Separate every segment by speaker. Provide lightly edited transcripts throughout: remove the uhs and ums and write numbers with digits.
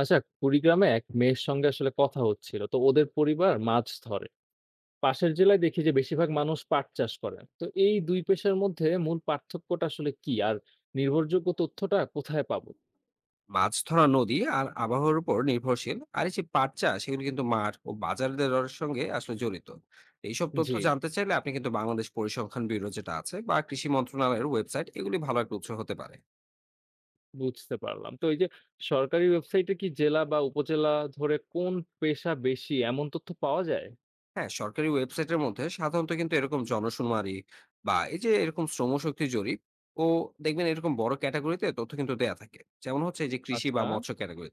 Speaker 1: আচ্ছা, কুড়িগ্রামে এক মেয়ের সঙ্গে আসলে কথা হচ্ছিল, তো ওদের পরিবার মাছ ধরে। পাশের জেলায় দেখি যে বেশিরভাগ মানুষ পাট চাষ করেন। তো এই দুই পেশার মধ্যে মূল পার্থক্যটা আসলে কি আর নির্ভরযোগ্য তথ্যটা কোথায় পাবো?
Speaker 2: মাছ ধরা নদী আর আবহাওয়ার উপর নির্ভরশীল। আর এই যে পাট চাষ, এগুলো কিন্তু মাঠ ও বাজার দরের সঙ্গে আসলে জড়িত। এইসব তথ্য
Speaker 1: জি,
Speaker 2: জানতে চাইলে আপনি কিন্তু বাংলাদেশ পরিসংখ্যান ব্যুরো যেটা আছে, বা কৃষি মন্ত্রণালয়ের ওয়েবসাইট, এগুলি ভালো একটা উৎস হতে পারে।
Speaker 1: বুঝতে পারলাম। তো এই যে সরকারি ওয়েবসাইটে কি জেলা বা উপজেলা ধরে কোন পেশা বেশি এমন তথ্য পাওয়া যায়?
Speaker 2: হ্যাঁ, সরকারি ওয়েবসাইটের মধ্যে সাধারণত কিন্তু এরকম জনশুমারি বা এই যে এরকম শ্রমশক্তি জরিপ, ও দেখবেন এরকম বড় ক্যাটাগরিতে তথ্য কিন্তু দেয়া থাকে, যেমন হচ্ছে এই যে কৃষি বা
Speaker 1: আচ্ছা,
Speaker 2: মৎস্য ক্যাটাগরি।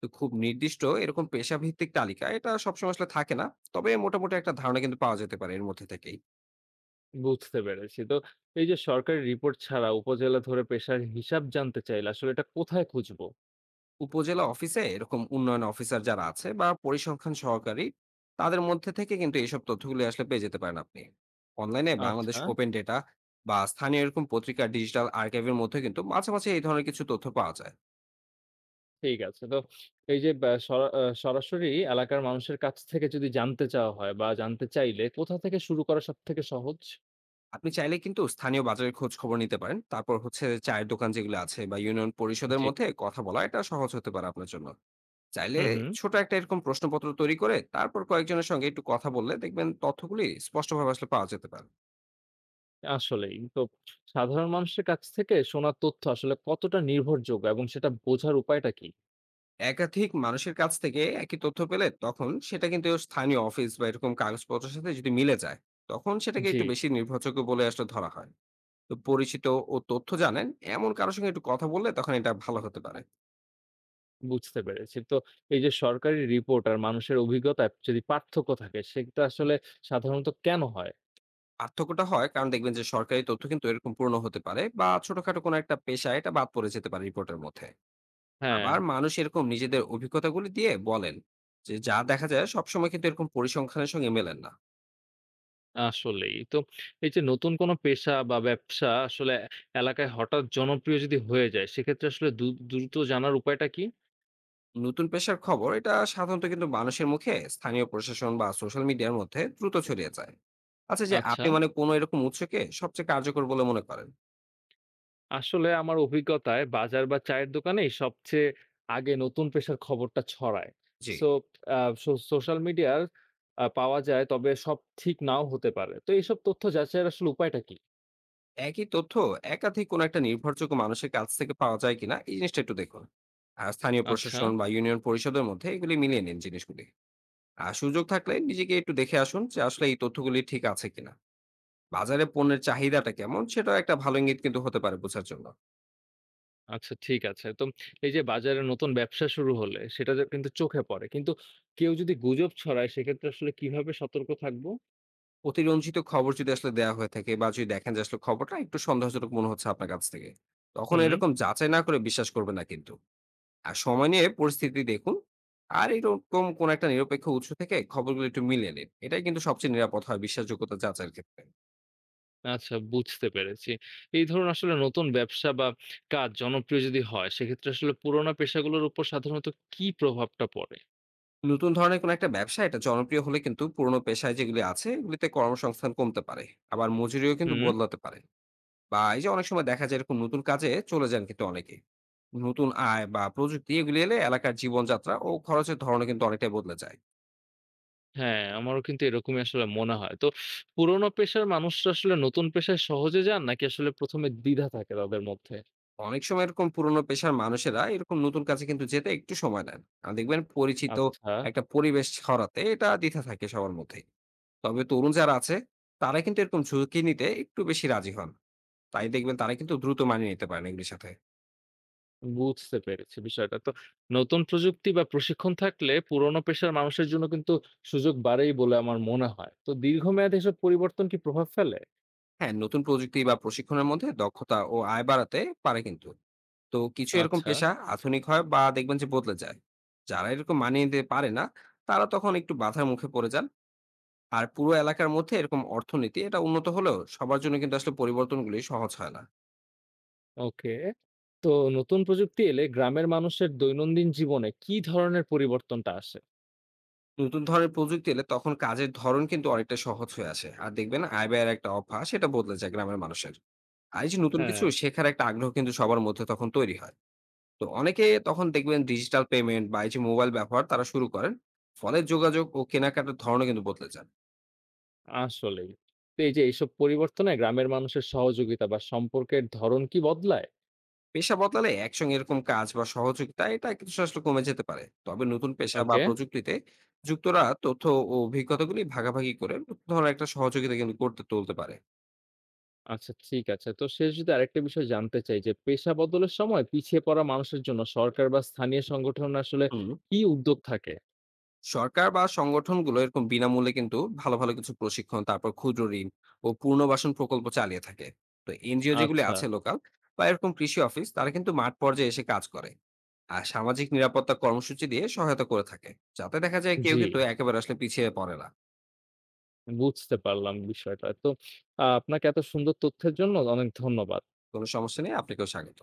Speaker 2: তো খুব নির্দিষ্ট এরকম পেশাভিত্তিক তালিকা এটা সবসময় আসলে থাকে না, তবে মোটামুটি একটা ধারণা কিন্তু পাওয়া যেতে পারে এর মধ্যে থেকেই।
Speaker 1: বুঝতে পেরেছি। তো এই যে সরকারি রিপোর্ট ছাড়া উপজেলা ধরে পেশার হিসাব জানতে চাইলে আসলে এটা কোথায় খুঁজবো?
Speaker 2: উপজেলা অফিসে এরকম উন্নয়ন অফিসার যারা আছে বা পরিসংখ্যান সহকারী, তাদের মধ্যে থেকে কিন্তু এইসব তথ্যগুলি আসলে পেয়ে যেতে পারেন আপনি। অনলাইনে বাংলাদেশ
Speaker 1: আচ্ছা,
Speaker 2: ওপেন ডেটা বা স্থানীয় এরকম পত্রিকা ডিজিটাল আর্কাইভের মধ্যে কিন্তু মাঝে মাঝে এই ধরনের কিছু তথ্য পাওয়া যায়।
Speaker 1: ঠিক আছে। তো এই যে ব্যা সরা আ সরাসরি এলাকার মানুষের কাছ থেকে যদি জানতে চাওয়া হয় বা জানতে চাইলে কোথা থেকে শুরু করা সবথেকে সহজ?
Speaker 2: আপনি চাইলে কিন্তু স্থানীয় বাজারের খোঁজ খবর নিতে পারেন, তারপর হচ্ছে চায়ের দোকান যেগুলো আছে, বা ইউনিয়ন পরিষদের
Speaker 1: জি।
Speaker 2: মধ্যে কথা বলা, এটা সহজ হতে পারে আপনার জন্য। চাইলে
Speaker 1: হুম, হুম।
Speaker 2: ছোট একটা এরকম প্রশ্নপত্র তৈরি করে তারপর কয়েকজনের সঙ্গে একটু কথা বললে দেখবেন তথ্যগুলি স্পষ্টভাবে আসলে পাওয়া যেতে পারে।
Speaker 1: আসলেই। তো সাধারণ মানুষের কাছ থেকে শোনা তথ্য আসলে কতটা নির্ভরযোগ্য এবং সেটা বোঝার উপায়টা কি?
Speaker 2: একাধিক মানুষের কাছ থেকে একই তথ্য পেলে তখন সেটা কিন্তু স্থানীয় অফিস বা এরকম কাগজপত্রের সাথে যদি মিলে যায়, তখন সেটাকে
Speaker 1: জি,
Speaker 2: একটু বেশি নির্ভরযোগ্য বলে আসলে ধরা হয়। তো পরিচিত ও তথ্য জানেন এমন কারোর সঙ্গে একটু কথা বললে তখন এটা ভালো হতে পারে।
Speaker 1: বুঝতে পেরেছি। তো এই যে সরকারি রিপোর্ট আর মানুষের অভিজ্ঞতায় যদি পার্থক্য থাকে সেটা আসলে সাধারণত কেন হয়?
Speaker 2: পার্থক্যটা হয় কারণ দেখবেন যে সরকারি তথ্য কিন্তু এরকম পূর্ণ হতে পারে, বা ছোটখাটো কোনো একটা পেশা এটা বাদ পড়ে যেতে পারে রিপোর্টের মধ্যে।
Speaker 1: হ্যাঁ।
Speaker 2: আবার মানুষ এরকম নিজেদের অভিজ্ঞতাগুলি দিয়ে বলেন, যে যা দেখা যায় সবসময় কিন্তু এরকম পরিসংখ্যানের সঙ্গে মেলেন না।
Speaker 1: আসলেই। তো এই যে নতুন কোনো পেশা বা ব্যবসা আসলে এলাকায় হঠাৎ জনপ্রিয় যদি হয়ে যায়, সেক্ষেত্রে আসলে দ্রুত জানার উপায়টা কি?
Speaker 2: নতুন পেশার খবর এটা সাধারণত কিন্তু মানুষের মুখে, স্থানীয় প্রশাসন বা সোশ্যাল মিডিয়ার মধ্যে দ্রুত ছড়িয়ে যায়। আচ্ছা, যে
Speaker 1: আচ্ছা।
Speaker 2: আপনি মানে কোনো এরকম উৎসকে সবচেয়ে কার্যকর বলে মনে করেন?
Speaker 1: আসলে আমার অভিজ্ঞতায় বাজার বা চায়ের দোকানেই সবচেয়ে আগে নতুন পেশার খবরটা ছড়ায়।
Speaker 2: জি।
Speaker 1: সো আ সো সোশ্যাল মিডিয়ার পাওয়া যায়, তবে সব ঠিক নাও হতে পারে। তো এইসব তথ্য যাচাইয়ের আসলে উপায়টা কি?
Speaker 2: একই তথ্য একাধিক কোনো একটা নির্ভরযোগ্য মানুষের কাছ থেকে পাওয়া যায় কিনা এই জিনিসটা একটু দেখুন। আর স্থানীয়
Speaker 1: আচ্ছা।
Speaker 2: প্রশাসন বা ইউনিয়ন পরিষদের মধ্যে এগুলি মিলিয়ে নিন জিনিসগুলি। আর সুযোগ থাকলে নিজেকে একটু দেখে আসুন যে আসলে এই তথ্যগুলি ঠিক আছে কিনা। বাজারে পণ্যের চাহিদাটা কেমন সেটা একটা ভালো ইঙ্গিত কিন্তু হতে পারে বোঝার জন্য।
Speaker 1: আচ্ছা, ঠিক আছে। তো এই যে বাজারে নতুন ব্যবসা শুরু হলে সেটা যে কিন্তু চোখে পড়ে। কিন্তু কেউ যদি গুজব ছড়ায় সেক্ষেত্রে আসলে কিভাবে সতর্ক থাকবো?
Speaker 2: অতিরঞ্জিত খবর যদি আসলে দেয়া হয়ে থাকে, বা যদি দেখেন যে আসলে খবরটা একটু সন্দেহজনক মনে হচ্ছে আপনার কাছ থেকে, তখন
Speaker 1: হুম।
Speaker 2: এরকম যাচাই না করে বিশ্বাস করবেন না কিন্তু। আর সময় নিয়ে পরিস্থিতি দেখুন। আর এরকম কোন একটা নিরপেক্ষ উৎস থেকে খবরগুলো একটু মিলিয়ে নিন, এটাই কিন্তু সবচেয়ে নিরাপদ হয় বিশ্বাসযোগ্যতা যাচাইয়ের ক্ষেত্রে।
Speaker 1: আচ্ছা, বুঝতে পেরেছি। এই ধরুন আসলে নতুন ব্যবসা বা কাজ জনপ্রিয় যদি হয় সেক্ষেত্রে আসলে পুরোনো পেশাগুলোর উপর সাধারণত কি প্রভাবটা পড়ে?
Speaker 2: নতুন ধরনের কোনো একটা ব্যবসা এটা জনপ্রিয় হলে কিন্তু পুরনো পেশায় যেগুলি আছে এগুলিতে কর্মসংস্থান কমতে পারে, আবার মজুরিও কিন্তু
Speaker 1: হুম।
Speaker 2: বদলাতে পারে। বা এই যে অনেক সময় দেখা যায় এরকম নতুন কাজে চলে যান কিন্তু অনেকে। নতুন আয় বা প্রযুক্তি এগুলি এলে এলাকার জীবনযাত্রা ও খরচের ধরনও কিন্তু অনেকটাই বদলে যায়।
Speaker 1: হ্যাঁ, আমারও কিন্তু এরকমই আসলে মনে হয়। তো পুরোনো পেশার মানুষরা আসলে নতুন পেশায় সহজে যান নাকি আসলে ১ম এ দ্বিধা থাকে তাদের মধ্যে?
Speaker 2: অনেক সময় এরকম পুরোনো পেশার মানুষেরা এরকম নতুন কাজে কিন্তু যেতে একটু সময় নেন। আর দেখবেন পরিচিত
Speaker 1: আচ্ছা।
Speaker 2: একটা পরিবেশ ছড়াতে এটা দ্বিধা থাকে সবার মধ্যেই। তবে তরুণ যারা আছে তারা কিন্তু এরকম ঝুঁকি নিতে একটু বেশি রাজি হন। তাই দেখবেন তারা কিন্তু দ্রুত মানিয়ে নিতে পারেন এগুলির সাথে।
Speaker 1: বুঝতে পেরেছি বিষয়টা। তো নতুন প্রযুক্তি বা প্রশিক্ষণ থাকলে পুরোনো পেশার মানুষের জন্য কিন্তু সুযোগ বাড়েই বলে আমার মনে হয়। তো দীর্ঘমেয়াদে এসব পরিবর্তন কি প্রভাব ফেলে?
Speaker 2: হ্যাঁ, নতুন প্রযুক্তি বা প্রশিক্ষণের মধ্যে দক্ষতা ও আয় বাড়াতে পারে কিন্তু। তো কিছু এরকম
Speaker 1: আচ্ছা।
Speaker 2: পেশা আধুনিক হয় বা দেখবেন যে বদলে যায়, যারা এরকম মানিয়ে নিতে পারে না তারা তখন একটু বাধার মুখে পড়ে যান। আর পুরো এলাকার মধ্যে এরকম অর্থনীতি এটা উন্নত হলেও সবার জন্য কিন্তু আসলে পরিবর্তনগুলি সহজ হয় না।
Speaker 1: ওকে। তো নতুন প্রযুক্তি এলে গ্রামের মানুষের দৈনন্দিন জীবনে কি ধরনের পরিবর্তনটা আসে?
Speaker 2: নতুন ধরনের প্রযুক্তি এলে তখন কাজের ধরন কিন্তু অনেকটা সহজ হয়ে আসে, আর দেখবেন আয় ব্যয়ের একটা অভ্যাস সেটা বদলে যায় গ্রামের মানুষের। আর এই যে নতুন কিছু
Speaker 1: হ্যাঁ।
Speaker 2: শেখার একটা আগ্রহ কিন্তু সবার মধ্যে তখন তৈরি হয়। তো অনেকে তখন দেখবেন ডিজিটাল পেমেন্ট বা এই যে মোবাইল ব্যবহার তারা শুরু করেন। ফলে যোগাযোগ ও কেনাকাটার ধরনও কিন্তু বদলে যায়।
Speaker 1: আসলেই। তো এই যে এইসব পরিবর্তনে গ্রামের মানুষের সহযোগিতা বা সম্পর্কের ধরন কি বদলায়?
Speaker 2: পেশা বদলালে একসঙ্গে এরকম কাজ বা সহযোগিতা এটা কিছু আসলে কমে যেতে পারে, তবে নতুন পেশা বা
Speaker 1: ওকে।
Speaker 2: প্রযুক্তিতে যুক্তরা তথ্য ও অভিজ্ঞতাগুলি ভাগাভাগি করে ধরো একটা সহযোগিতা কিন্তু করতে তুলতে পারে।
Speaker 1: আচ্ছা, ঠিক আছে। তো শেষ যদি আরেকটা বিষয় জানতে চাই যে, পেশা বদলের সময় পিছিয়ে পড়া মানুষের জন্য সরকার বা স্থানীয় সংগঠন আসলে
Speaker 2: হুম
Speaker 1: কি উদ্যোগ থাকে?
Speaker 2: সরকার বা সংগঠনগুলো এরকম বিনামূল্যে কিন্তু ভালো ভালো কিছু প্রশিক্ষণ, তারপর ক্ষুদ্র ঋণ ও পুনর্বাসন প্রকল্প চালিয়ে থাকে। তো এনজিও যেগুলি
Speaker 1: আচ্ছা।
Speaker 2: আছে লোকাল, বা এরকম কৃষি অফিস, তারা কিন্তু মাঠ পর্যায়ে এসে কাজ করে আর সামাজিক নিরাপত্তা কর্মসূচি দিয়ে সহায়তা করে থাকে, যাতে দেখা যায় কেউ
Speaker 1: জি,
Speaker 2: কিন্তু একেবারে আসলে পিছিয়ে পড়ে না।
Speaker 1: বুঝতে পারলাম বিষয়টা। তো আপনাকে এত সুন্দর তথ্যের জন্য অনেক ধন্যবাদ।
Speaker 2: কোনো সমস্যা নেই, আপনাকেও স্বাগত।